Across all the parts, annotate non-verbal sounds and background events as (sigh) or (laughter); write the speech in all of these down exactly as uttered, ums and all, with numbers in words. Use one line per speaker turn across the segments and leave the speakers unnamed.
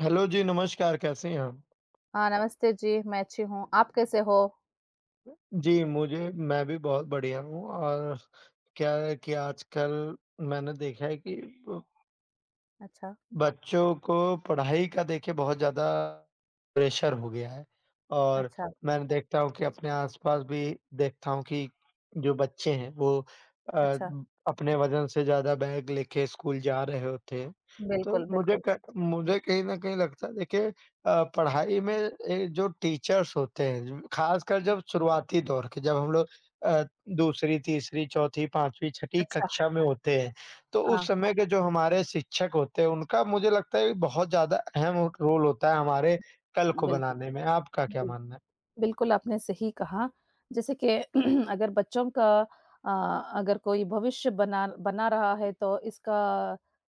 Hello जी, नमस्कार कैसे हैं आप?
हाँ, नमस्ते जी, मैं अच्छी हूँ, आप कैसे हो?
जी, मुझे मैं भी बहुत बढ़िया हूँ और क्या है कि आजकल मैंने देखा है कि
अच्छा,
बच्चों को पढ़ाई का देखिए बहुत ज़्यादा प्रेशर हो गया है और
अच्छा,
मैं देखता हूँ कि अपने आस-पास भी देखता हूँ कि जो बच्चे हैं वो अ,
अच्छा,
अपने वज़न से ज़्यादा बैग लेके स्कूल जा रहे होते हैं। तो
बिल्कुल,
मुझे
बिल्कुल।
क मुझे कहीं न कहीं लगता है देखिए अ, पढ़ाई में ए, जो टीचर्स होते हैं, ख़ासकर
हुँ,
जब शुरुआती दौर के जब हम लोग अ, दूसरी, तीसरी, चौथी, पाँचवीं, छठी
अच्छा,
कक्षा में होते हैं। तो
हाँ,
उस समय के जो हमारे शिक्षक होते हैं, उनका मुझे लगता है बहुत ज़्यादा अहम रोल होता है हमारे कल को
बिल्कुल,
बनाने में। आपका क्या
बिल
मानना है?
बिल्कुल आपने सही कहा, जैसे कि (clears throat) अगर बच्चों का अ, अगर कोई भविष्य बना बना रहा है तो इसका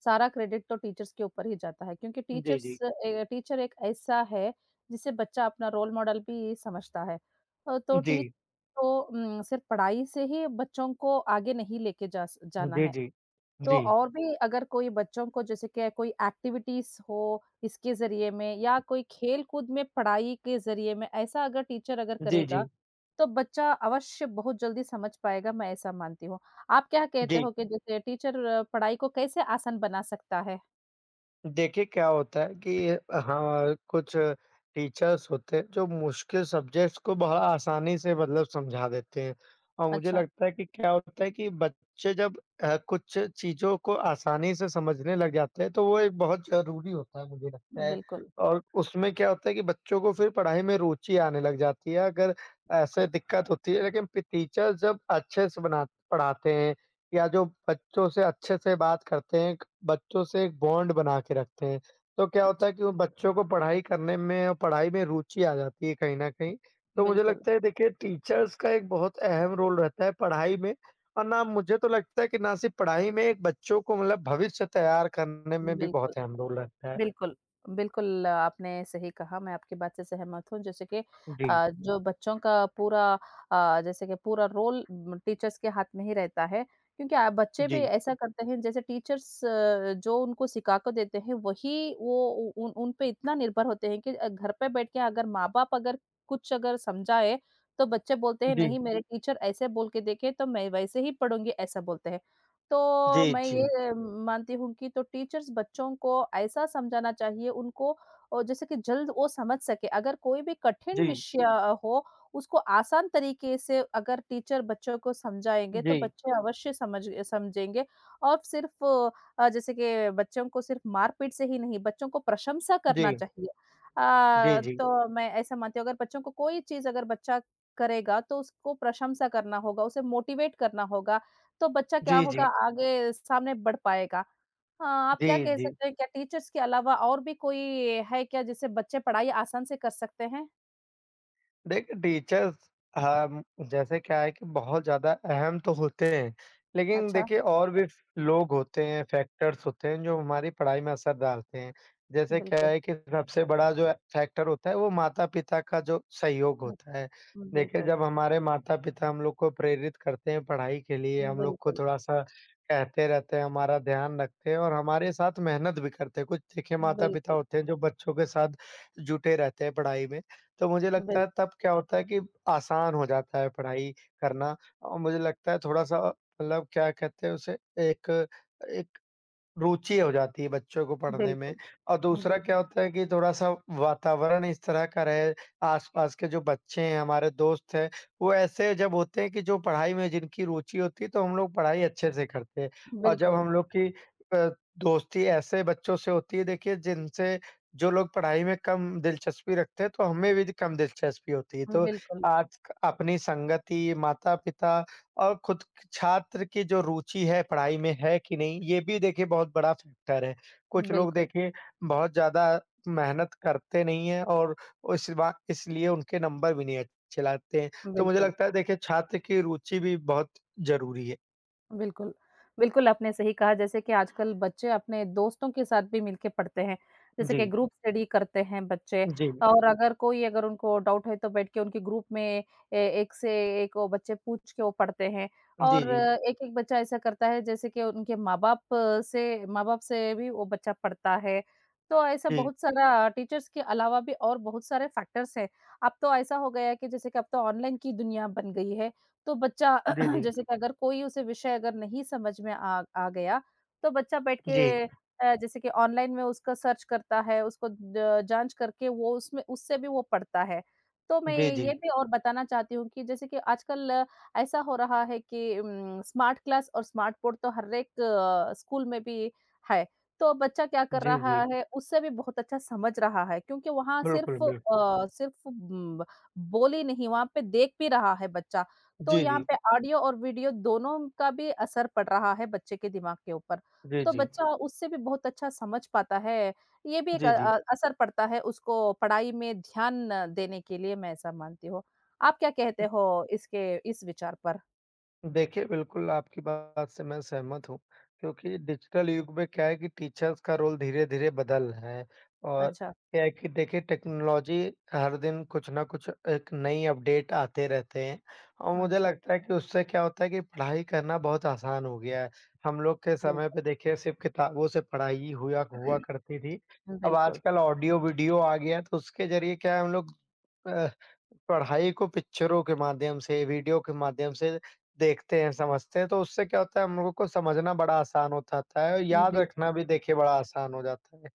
सारा क्रेडिट तो टीचर्स के ऊपर ही जाता है क्योंकि
जी,
टीचर्स
जी।
ए, टीचर एक ऐसा है जिसे बच्चा अपना रोल मॉडल भी समझता है। अ, तो
जी।
टी तो उम, सिर्फ पढ़ाई से ही बच्चों को आगे नहीं लेके जा स जाना
जी,
है।
जी।
तो
जी।
और भी अगर कोई बच्चों को जैसे कि कोई एक्टिविटीज़ हो इसके ज़रिए में या कोई खेल-कूद में पढ़ाई के ज़रिए में ऐसा अगर टीचर अगर
जी, जी।
करेगा, तो बच्चा अवश्य बहुत जल्दी समझ पाएगा, मैं ऐसा मानती हूँ। आप क्या कहते
जी।
हो कि जैसे टीचर अ, पढ़ाई को कैसे आसान बना सकता है?
देखिए, क्या होता है कि हाँ, कुछ टीचर्स होते हैं जो मुश्किल सब्जेक्ट्स को बड़ा आसानी से मतलब समझा देते हैं और मुझे
अच्छा,
लगता है कि क्या होता है कि बच्चे जब अ, कुछ चीज़ों को आसानी से समझने लग जाते हैं, तो वो एक बहुत ज़रूरी होता है मुझे लगता है
बिल्कुल,
और उसमें क्या होता है कि बच्चों को फिर पढ़ाई में रुचि आने लग जाती है, अगर ऐसे
बिल्कुल।
दिक्कत होती है लेकिन फिर टीचर जब अच्छे से बना पढ़ाते हैं या जो बच्चों से अच्छे से बात करते हैं, एक बच्चों से एक बॉन्ड बना के रखते हैं। तो क्या होता है
अच्छा,
कि वो बच्चों को पढ़ाई करने में और पढ़ाई में रुचि आ जाती है कहीं न कहीं। तो मुझे
बिल्कुल,
लगता है देखिए टीचर्स का एक बहुत अहम रोल रहता है पढ़ाई में और ना मुझे तो लगता है कि ना सिर्फ़ पढ़ाई में एक बच्चों को मतलब भविष्य तैयार करने में भी
बिल्कुल।
बहुत अहम रोल रहता है।
बिल्कुल, बिल्कुल आपने सही कहा, मैं आपकी बात से सहमत हूँ। जैसे कि
जी,
अ, जो बच्चों का पूरा अ, जैसे कि पूरा रोल म टीचर्स के हाथ में ही रहता है, क्योंकि अ, बच्चे भी
जी,
ऐसा करते हैं जैसे टीचर्स अ, जो उनको सिखा कर देते हैं वही वो उ उन उन पे इतना निर्भर होते हैं कि अ, घर पे बैठ के अगर माँ-बाप अगर कुछ अगर समझाए, तो बच्चे बोलते हैं
जी,
नहीं मेरे टीचर ऐसे बोल के देखे तो मैं वैसे ही पढ़ूँगी ऐसा बोलते हैं।
जी,
तो मैं
जी,
ये मानती हूँ कि तो टीचर्स बच्चों को ऐसा समझाना चाहिए उनको और जैसे कि जल्द वो समझ सके। अगर कोई भी कठिन
जी,
विषय हो, उसको आसान तरीके से अगर टीचर बच्चों को समझाएँगे, तो
जी,
बच्चे अवश्य समझ समझेंगे और सिर्फ़ अ, जैसे कि बच्चों को सिर्फ़ मार-पीट से ही नहीं, बच्चों को प्रशंसा करना
जी,
चाहिए।
जी,
अ,
जी,
तो मैं ऐसा मानती हूँ अगर बच्चों को कोई चीज़ अगर बच्चा करेगा, तो उसको प्रशंसा करना होगा, उसे मोटिवेट करना होगा तो बच्चा क्या
जी,
होगा
जी,
आगे सामने बढ़ पाएगा। हाँ, आप क्या
जी,
कह
जी।
सकते हैं क्या टीचर्स के अलावा और भी कोई है क्या जिससे बच्चे पढ़ाई आसान से कर सकते हैं?
देखिए टीचर्स हम जैसे क्या है कि बहुत ज़्यादा अहम तो होते हैं, लेकिन
अच्छा,
देखिए और भी लोग होते हैं, फैक्टर्स होते हैं जो हमारी पढ़ाई में असर डालते हैं। जैसे क्या
बिल्कुल।
है कि सबसे बड़ा जो फैक्टर होता है वो माता-पिता का जो सहयोग
अच
होता है। देखिए
बिल्कुल,
जब हमारे माता-पिता हम लोग को प्रेरित करते हैं पढ़ाई के लिए, हम लोग को
बिल्कुल,
थोड़ा-सा कहते रहते हैं, हमारा ध्यान रखते हैं और हमारे साथ मेहनत भी करते हैं। कुछ देखिए माता-पिता
बिल्कुल,
होते हैं जो बच्चों के साथ जुटे रहते हैं पढ़ाई में। तो मुझे
बिल्कुल,
लगता है
बिल्कुल,
तब क्या होता है कि आसान हो जाता है पढ़ाई करना और मुझे लगता है थोड़ा-सा मतलब क्या कहते हैं उसे एक एक रुचि हो जाती है बच्चों को
बिल
पढ़ने
बिल्कुल,
में और दूसरा क्या होता है कि थोड़ा-सा वातावरण इस तरह का रहे, आस-पास के जो बच्चे हैं, हमारे दोस्त हैं, वो ऐसे जब होते हैं कि जो पढ़ाई में जिनकी रुचि होती है, तो हम लोग पढ़ाई अच्छे से करते हैं। और जब
बिल्कुल,
हम लोग की अ, दोस्ती ऐसे बच्चों से होती है देखिए जिनसे जो लोग पढ़ाई में कम दिलचस्पी रखते हैं, तो हमें भी कम दिलचस्पी होती है। तो आज अपनी संगति, माता-पिता और खुद क- छात्र की जो रुचि है पढ़ाई में है कि नहीं, ये भी देखिए बहुत बड़ा फैक्टर है। कुछ लोग
बिल्कुल,
देखिए बहुत ज़्यादा मेहनत करते नहीं हैं और इस बा इसलिए उनके नंबर भी नहीं अच्छे लाते हैं। तो मुझे
बिल्कुल।
लगता है देखिए छात्र की रुचि भी बहुत ज़रूरी है।
बिल्कुल। बिल्कुल, आपने सही कहा जैसे कि आजकल बच्चे अपने दोस्तों के साथ भी मिलके पढ़ते हैं। जैसे कि
जी,
ग्रुप स्टडी करते हैं बच्चे
जी,
और अगर कोई अगर उनको डाउट है तो बैठ के उनके ग्रुप में ए एक से एक वो बच्चे पूछ के वो पढ़ते हैं
जी,
और
जी,
एक-एक बच्चा ऐसा करता है जैसे कि उनके माँ-बाप से माँ-बाप से भी वो बच्चा पढ़ता है। तो ऐसा
जी,
बहुत सारा टीचर्स के अलावा भी और बहुत सारे फैक्टर्स हैं। अब तो ऐसा हो गया है कि जैसे कि अब तो ऑनलाइन की दुनिया बन गई है। तो बच्चा
जी,
(clears throat)
जी,
जैसे कि अगर कोई उसे विषय अगर नहीं समझ में आ आ गया, तो बच्चा बैठ
जी,
के अ, जैसे कि ऑनलाइन में उसका सर्च करता है, उसको ज जाँच करके वो उसमें उससे भी वो पढ़ता है। तो मैं
जी, जी,
ये भी और बताना चाहती हूँ कि जैसे कि आजकल अ, ऐसा हो रहा है कि उम, स्मार्ट क्लास और स्मार्ट बोर्ड तो हर एक अ, स्कूल में भी है। तो बच्चा क्या कर
जी,
रहा
जी,
है, उससे भी बहुत अच्छा समझ रहा है क्योंकि वहाँ
बिल्कुल,
सिर्फ़
बिल्कुल।
अ, सिर्फ़ उम, बोल ही नहीं, वहाँ पे देख भी रहा है बच्चा। तो
जी,
यहाँ
जी,
पे ऑडियो और वीडियो दोनों का भी असर पड़ रहा है बच्चे के दिमाग के ऊपर।
जी,
तो
जी,
बच्चा उससे भी बहुत अच्छा समझ पाता है। ये भी एक
जी,
अ
जी।
अ, असर पड़ता है उसको पढ़ाई में ध्यान देने के लिए मैं ऐसा मानती हूँ। आप क्या कहते हो इसके इस विचार पर?
देखिए, बिल्कुल आपकी बात से मैं सहमत हूँ, क्योंकि डिजिटल युग में क्या है कि टीचर्स का रोल धीरे-धीरे बदल रहा है और
अच्छा,
क्या है कि देखिए टेक्नोलॉजी हर दिन कुछ ना कुछ एक नई अपडेट आते रहते हैं और मुझे
अच्छा।
लगता है कि उससे क्या होता है कि पढ़ाई करना बहुत आसान हो गया है। हम लोग के समय
बिल्कुल,
पे देखिए सिर्फ़ किताबों से पढ़ाई हुआ हुआ करती थी, अब
बिल्कुल।
आजकल ऑडियो वीडियो आ गया है तो उसके ज़रिए क्या है हम लोग अ, पढ़ाई को पिक्चरों के माध्यम से, वीडियो के माध्यम से देखते हैं, समझते हैं, तो उससे क्या होता है हम लोगों को समझना बड़ा आसान हो जाता है और याद
बिल
रखना भी देखिए बड़ा आसान हो जाता है।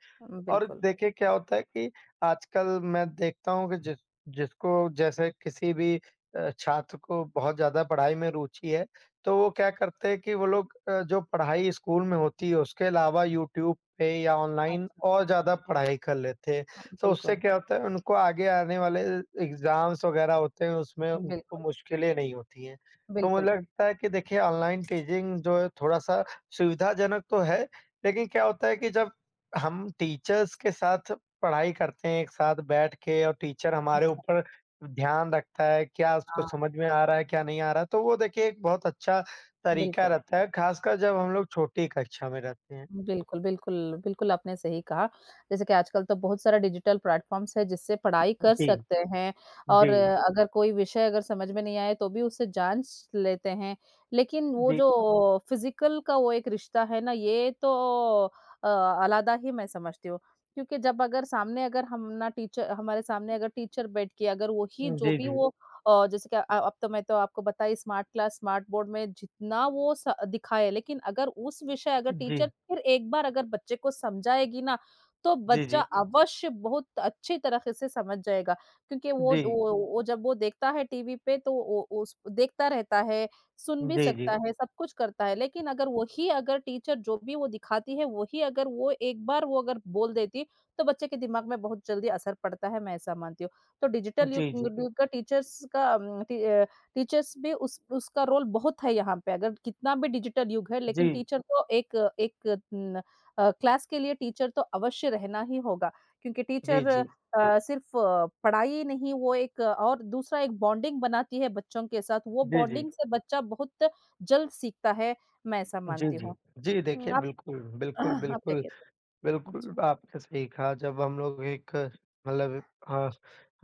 और
बिल्कुल।
देखिए क्या होता है कि आजकल मैं देखता हूँ कि जिस जिसको जैसे किसी भी अ, छात्र को बहुत ज़्यादा पढ़ाई में रुचि है, तो वो क्या करते हैं कि वो लोग अ, जो पढ़ाई स्कूल में होती है उसके अलावा यूट्यूब पे या ऑनलाइन
अच्छा,
और ज़्यादा पढ़ाई कर लेते हैं। तो उससे
बिल्कुल,
क्या होता है उनको आगे आने वाले एग्ज़ाम्स वग़ैरह होते हैं उसमें उनको
बिल्कुल,
मुश्किलें नहीं होती हैं। तो मुझे
बिल्कुल।
लगता है कि देखिए ऑनलाइन टीचिंग जो है थोड़ा-सा सुविधाजनक तो है, लेकिन क्या होता है कि जब हम टीचर्स के साथ पढ़ाई करते हैं एक साथ बैठ के और टीचर हमारे
अच्छा,
ऊपर ध्यान रखता है, क्या उसको
हाँ,
समझ में आ रहा है, क्या नहीं आ रहा है, तो वो देखिए एक बहुत अच्छा तरीका
बिल्कुल।
रहता है, ख़ासकर जब हम लोग छोटी कक्षा में रहते हैं।
बिल्कुल, बिल्कुल, बिल्कुल आपने सही कहा। जैसे कि आजकल तो बहुत सारा डिजिटल प्लेटफ़ॉर्म्स है जिससे पढ़ाई कर
जी,
सकते हैं और
जी,
अ, अगर कोई विषय अगर समझ में नहीं आए तो भी उसे जाँच लेते हैं। लेकिन वो
जी,
जो फ़िज़िकल का वो एक रिश्ता है ना ये तो अ, अलग ही मैं समझती हूँ। क्योंकि जब अगर सामने अगर हम ना टीचर हमारे सामने अगर टीचर बैठ के अगर वही
जी,
जो
जी,
भी
जी,
वो और जैसे कि अ, अब तो मैं तो आपको बताई स्मार्ट क्लास, स्मार्ट बोर्ड में जितना वो स दिखाए, लेकिन अगर उस विषय अगर
जी,
टीचर फिर एक बार अगर बच्चे को समझाएगी ना, तो बच्चा
जी,
अवश्य बहुत अच्छी तरीके से समझ जाएगा। क्योंकि वो
जी,
वो वो जब वो देखता है टीवी पे तो वो वो उस देखता रहता है, सुन भी
जी, जी,
सकता है, सब कुछ करता है। लेकिन अगर वही अगर टीचर जो भी वो दिखाती है, वही अगर वो एक बार वो अगर बोल देती, तो बच्चे के दिमाग में बहुत जल्दी असर पड़ता है, मैं ऐसा मानती हूँ। तो डिजिटल युग
जी, जी,
युग का टीचर्स का उम, टी अ, टीचर्स भी उस उसका रोल बहुत है यहाँ पे। अगर कितना भी डिजिटल युग है लेकिन
जी,
टीचर तो एक एक न अ, क्लास के लिए टीचर तो अवश्य रहना ही होगा। क्योंकि
जी, जी,
टीचर अ,
जी,
सिर्फ अ, पढ़ाई ही नहीं वो एक अ, और दूसरा एक बॉन्डिंग बनाती है बच्चों के साथ, वो
जी,
बॉन्डिंग से बच्चा बहुत जल्द सीखता है, मैं ऐसा
जी,
मानती
जी।
हूँ।
जी,
हुँ,
देखिए
आप
बिल्कुल, बिल्कुल,
(clears throat) आप क्या
बिल्कुल।
कहते हैं?
बिल्कुल,
अच्छा,
आपने सही कहा जब हम लोग एक मतलब अ,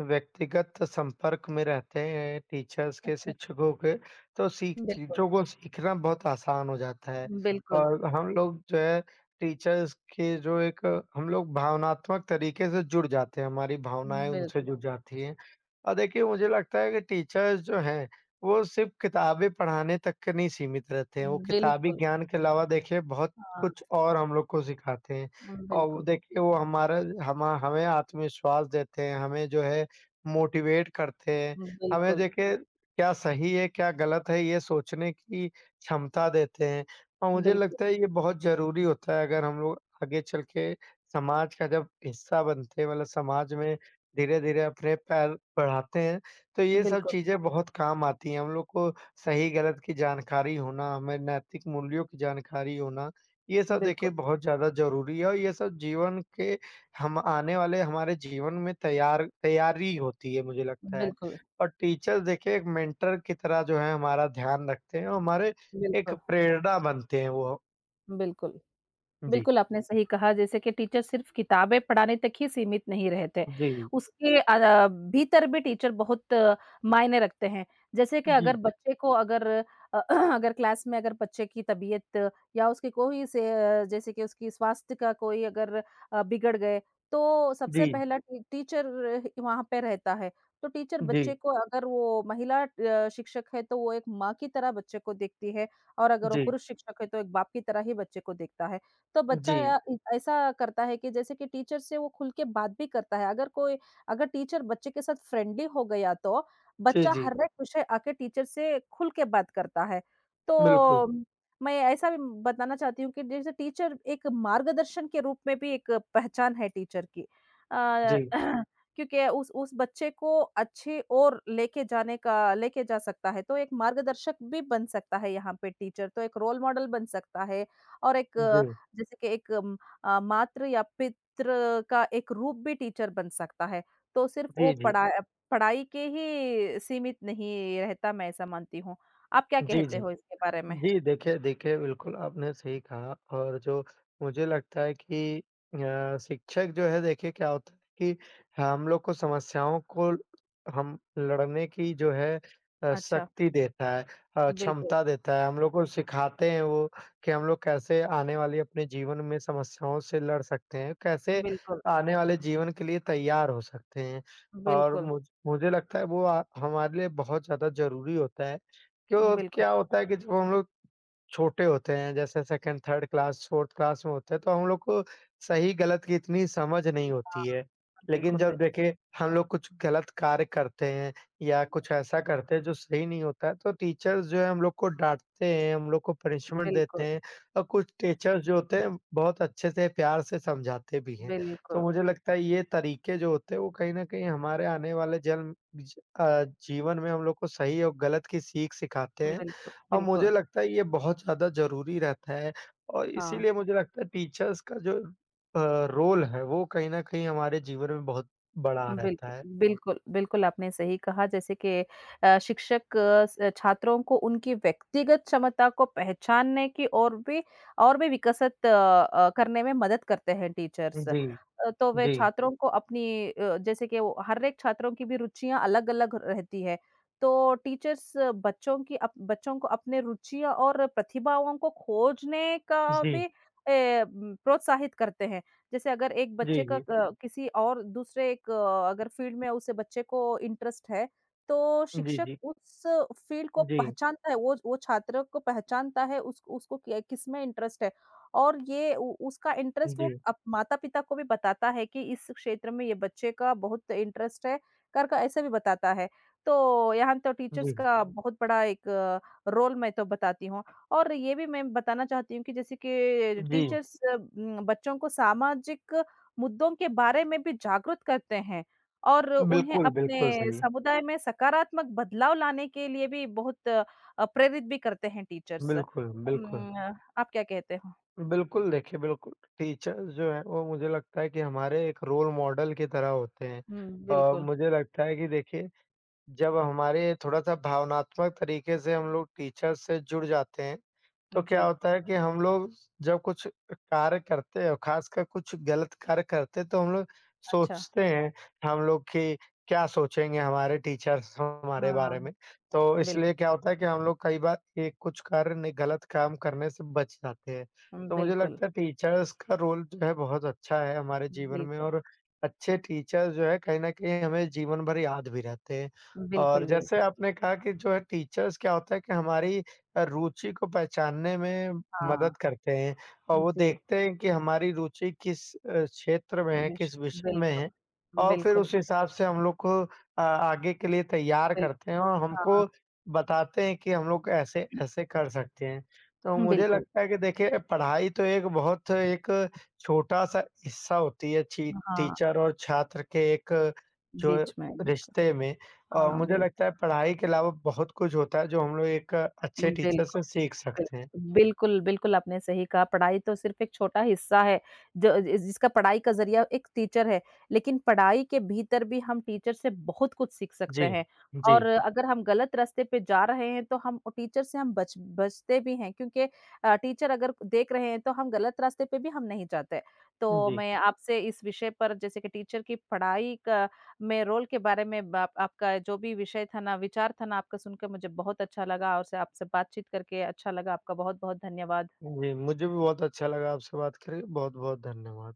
व्यक्तिगत संपर्क में रहते हैं टीचर्स के,
अच्छा।
शिक्षकों के, तो सीख
बिल्कुल,
चीज़ों को सीखना बहुत आसान हो जाता है
बिल्कुल,
और हम लोग जो है टीचर्स के जो एक हम लोग भावनात्मक तरीके से जुड़ जाते हैं, हमारी भावनाएँ उनसे
बिल्कुल,
जुड़ जाती हैं। और देखिए मुझे लगता है कि टीचर्स जो हैं, वो सिर्फ़ किताबें पढ़ाने तक के नहीं सीमित रहते हैं, वो किताबी
बिल्कुल,
ज्ञान के अलावा देखिए बहुत
हाँ।
कुछ और हम लोग को सिखाते हैं।
हुँ,
और
बिल्कुल,
देखिए वो हमारा हम हमें आत्मविश्वास देते हैं, हमें जो है मोटिवेट करते हैं, हमें
बिल्कुल,
देखिए क्या सही है, क्या गलत है ये सोचने की क्षमता देते हैं। और मुझे
बिल्कुल,
लगता है ये बहुत ज़रूरी होता है अगर हम लोग आगे चल के समाज का जब हिस्सा बनते हैं मतलब समाज में धीरे-धीरे अपने पैर बढ़ाते हैं, तो ये सब
बिल्कुल,
चीज़ें बहुत काम आती हैं। हम लोग को सही गलत की जानकारी होना, हमें नैतिक मूल्यों की जानकारी होना ये सब देखिए
बिल्कुल,
बहुत ज़्यादा ज़रूरी है और ये सब जीवन के हम आने वाले हमारे जीवन में तैयार तैयारी होती है मुझे लगता है।
बिल्कुल,
और टीचर्स देखिए एक मेंटर की तरह जो है हमारा ध्यान रखते हैं और हमारे एक
बिल्कुल,
प्रेरणा बनते हैं वो।
बिल्कुल।
जी।
बिल्कुल, आपने सही कहा जैसे कि टीचर सिर्फ़ किताबें पढ़ाने तक ही सीमित नहीं रहते।
जी, जी,
उसके अ, भीतर भी टीचर बहुत अ, मायने रखते हैं। जैसे कि अगर
जी,
बच्चे को अगर अ, (clears throat) अगर क्लास में अगर बच्चे की तबीयत या उसकी कोई से अ, जैसे कि उसकी स्वास्थ्य का कोई अगर अ, बिगड़ गए, तो
जी,
सबसे पहला टी टीचर वहाँ पे रहता है। तो टीचर बच्चे
जी,
को अगर वो महिला अ, शिक्षक है तो वो एक माँ की तरह बच्चे को देखती है और अगर वो
जी,
पुरुष शिक्षक है तो एक बाप की तरह ही बच्चे को देखता है। तो
जी,
बच्चा या इ ऐसा करता है कि जैसे कि टीचर से वो खुल के बात भी करता है। अगर कोई अगर टीचर बच्चे के साथ फ्रेंडली हो गया तो बच्चा
जी,
हर एक विषय आके टीचर से खुल के बात करता है।
बिल्कुल।
तो मैं ऐसा भी बताना चाहती हूँ कि जैसे टीचर एक मार्गदर्शन के रूप में भी एक पहचान है टीचर की। अ,
जी,
(clears throat) क्योंकि उस उस बच्चे को अच्छी ओर लेके जाने का लेके जा सकता है। तो एक मार्गदर्शक भी बन सकता है यहाँ पे टीचर, तो एक रोल मॉडल बन सकता है और एक
जी,
जैसे कि एक अम, अ, मात्र या पित्र का एक रूप भी टीचर बन सकता है, तो सिर्फ़ वो
जी, जी,
पढ़ा पढ़ाई के ही सीमित नहीं रहता, मैं ऐसा मानती हूँ। आप क्या
जी,
कहते
जी।
हो इसके बारे में?
जी, देखिए देखिए, बिल्कुल आपने सही कहा और जो मुझे लगता है कि अ, शिक्षक जो है देखिए क्या होता है कि हम लोग को समस्याओं को ल- हम लड़ने की जो है अ,
अच्छा,
शक्ति देता है अ,
बिल्कुल,
क्षमता देता है। हम लोग को सिखाते हैं वो कि हम लोग कैसे आने वाली अपने जीवन में समस्याओं से लड़ सकते हैं, कैसे
बिल्कुल,
आने वाले जीवन के लिए तैयार हो सकते हैं और
बिल्कुल,
मुझ मुझे लगता है वो अ, हमारे लिए बहुत ज़्यादा ज़रूरी होता है। क्यों
बिल्कुल।
क्या होता है कि जब हम लोग छोटे होते हैं, जैसे second, third class, fourth class में होते हैं, तो हम लोग को सही-गलत की इतनी समझ नहीं
हाँ,
होती है। लेकिन
बिल्कुल,
जब
बिल
देखिए हम लोग कुछ गलत कार्य करते हैं या कुछ ऐसा करते हैं जो सही नहीं होता है, तो टीचर्स जो है हम लोग को डाँटते हैं, हम लोग को पनिशमेंट देते
बिल्कुल,
हैं और कुछ टीचर्स जो होते हैं बहुत अच्छे से प्यार से समझाते भी हैं। तो
बिल्कुल,
मुझे लगता है ये तरीके जो होते हैं वो कहीं न कहीं हमारे आने वाले जन्म ज अ, जीवन में हम लोग को सही और गलत की सीख सिखाते हैं।
बिल्कुल,
और मुझे
बिल्कुल,
लगता है ये बहुत ज़्यादा ज़रूरी रहता है और
हाँ।
इसीलिए मुझे लगता है टीचर्स का जो अ, रोल है वो कहीं न कहीं हमारे जीवन में बहुत बड़ा रहता
बिल्कुल,
है।
बिल्कुल, बिल्कुल आपने सही कहा जैसे कि अ, शिक्षक अ, स छात्रों को उनकी व्यक्तिगत क्षमता को पहचानने की और भी और भी विकसित अ अ, करने में मदद करते हैं टीचर्स। अ,
जी,
तो वे
जी,
छात्रों को अपनी अ, जैसे कि वो हर एक छात्रों की भी रुचियाँ अलग-अलग रहती है। तो टीचर्स बच्चों की अप बच्चों को अपने रुचियाँ और प्रतिभाओं को खोजने का
जी,
भी ए, प्रोत्साहित करते हैं। जैसे अगर एक
जी,
बच्चे का
जी,
क किसी और दूसरे एक अ, अगर फ़ील्ड में उसे बच्चे को इंटरेस्ट है, तो
जी,
शिक्षक
जी,
उस फ़ील्ड को
जी,
पहचानता है, वो वो छात्र को पहचानता है उस उसको कि किसमें इंटरेस्ट है और ये उ उसका इंटरेस्ट वो
जी,
अप माता-पिता को भी बताता है कि इस क्षेत्र में ये बच्चे का बहुत इंटरेस्ट है, कर का ऐसे भी बताता है। तो यहाँ तो टीचर्स
जी,
का बहुत बड़ा एक रोल मैं तो बताती हूँ। और ये भी मैं बताना चाहती हूँ कि जैसे कि
जी।
टीचर्स उम, बच्चों को सामाजिक मुद्दों के बारे में भी जागरूक करते हैं और उन्हें
बिल्कुल, बिल्कुल
अपने
सही।
समुदाय में सकारात्मक बदलाव लाने के लिए भी बहुत अ, प्रेरित भी करते हैं टीचर्स।
बिल्कुल, बिल्कुल।
उम, आप क्या कहते हो?
बिल्कुल, देखिए बिल्कुल टीचर्स जो हैं वो मुझे लगता है कि हमारे एक रोल मॉडल की तरह होते हैं।
हुँ,
अ,
बिल्कुल।
मुझे लगता है कि देखिए जब हमारे थोड़ा-सा भावनात्मक तरीके से हम लोग टीचर से जुड़ जाते हैं, तो क्या
जी,
होता है कि हम लोग जब कुछ कार्य करते हैं, खासकर कुछ गलत कार्य करते हैं, तो हम लोग
अच्छा।
सोचते हैं, हम लोग कि क्या सोचेंगे हमारे टीचर्स हमारे
हाँ,
बारे में। तो
बिल
इसलिए क्या होता है कि हम लोग कई बार ये कुछ कार्य नहीं गलत काम करने से बच जाते हैं। तो मुझे
बिल्कुल,
लगता है टीचर्स का रोल जो है बहुत अच्छा है हमारे जीवन में
बिल्कुल,
और अच्छे टीचर्स जो है कहीं न कहीं हमें जीवन भर याद भी रहते हैं। और
बिल्कुल, बिल्कुल।
जैसे आपने कहा कि जो है टीचर्स क्या होता है कि हमारी रुचि को पहचानने में
हाँ,
मदद करते हैं और वो
जी,
देखते हैं कि हमारी रुचि किस अ, क्षेत्र में है,
विश
किस विषय में
बिल्कुल,
है और फिर
बिल्कुल,
उस हिसाब से हम लोग को अ, आगे के लिए तैयार
बिल
करते हैं और
हाँ,
हमको बताते हैं कि हम लोग ऐसे ऐसे कर सकते हैं। तो मुझे
बिल्कुल।
लगता है कि देखिए पढ़ाई तो एक बहुत एक छोटा-सा हिस्सा होती है ची
हाँ,
टीचर और छात्र के एक जो
बीच में बिल्कुल।
रिश्ते में। अ,
हाँ,
मुझे
बिल
लगता है पढ़ाई के अलावा बहुत कुछ होता है जो हम लोग एक अच्छे
बिल्कुल,
टीचर
बिल्कुल।
से सीख सकते हैं।
बिल्कुल, बिल्कुल आपने सही कहा, पढ़ाई तो सिर्फ़ एक छोटा हिस्सा है, जो जि जिसका पढ़ाई का ज़रिया एक टीचर है, लेकिन पढ़ाई के भीतर भी हम टीचर से बहुत कुछ सीख
जी,
सकते हैं
जी,
और अगर हम गलत रास्ते पे जा रहे हैं, तो हम वो टीचर से हम बच बचते भी हैं क्योंकि अ, टीचर अगर देख रहे हैं, तो हम गलत रास्ते पे भी हम नहीं जाते। तो
जी,
मैं आपसे इस विषय पर जैसे कि टीचर की पढ़ाई का मैं रोल के बारे में बा आपका जो भी विषय था ना, विचार था ना, आपका सुनकर मुझे बहुत अच्छा लगा और से आपसे बातचीत करके अच्छा लगा। आपका बहुत-बहुत धन्यवाद।
जी, मुझे भी बहुत अच्छा लगा आपसे बात करके। बहुत-बहुत धन्यवाद।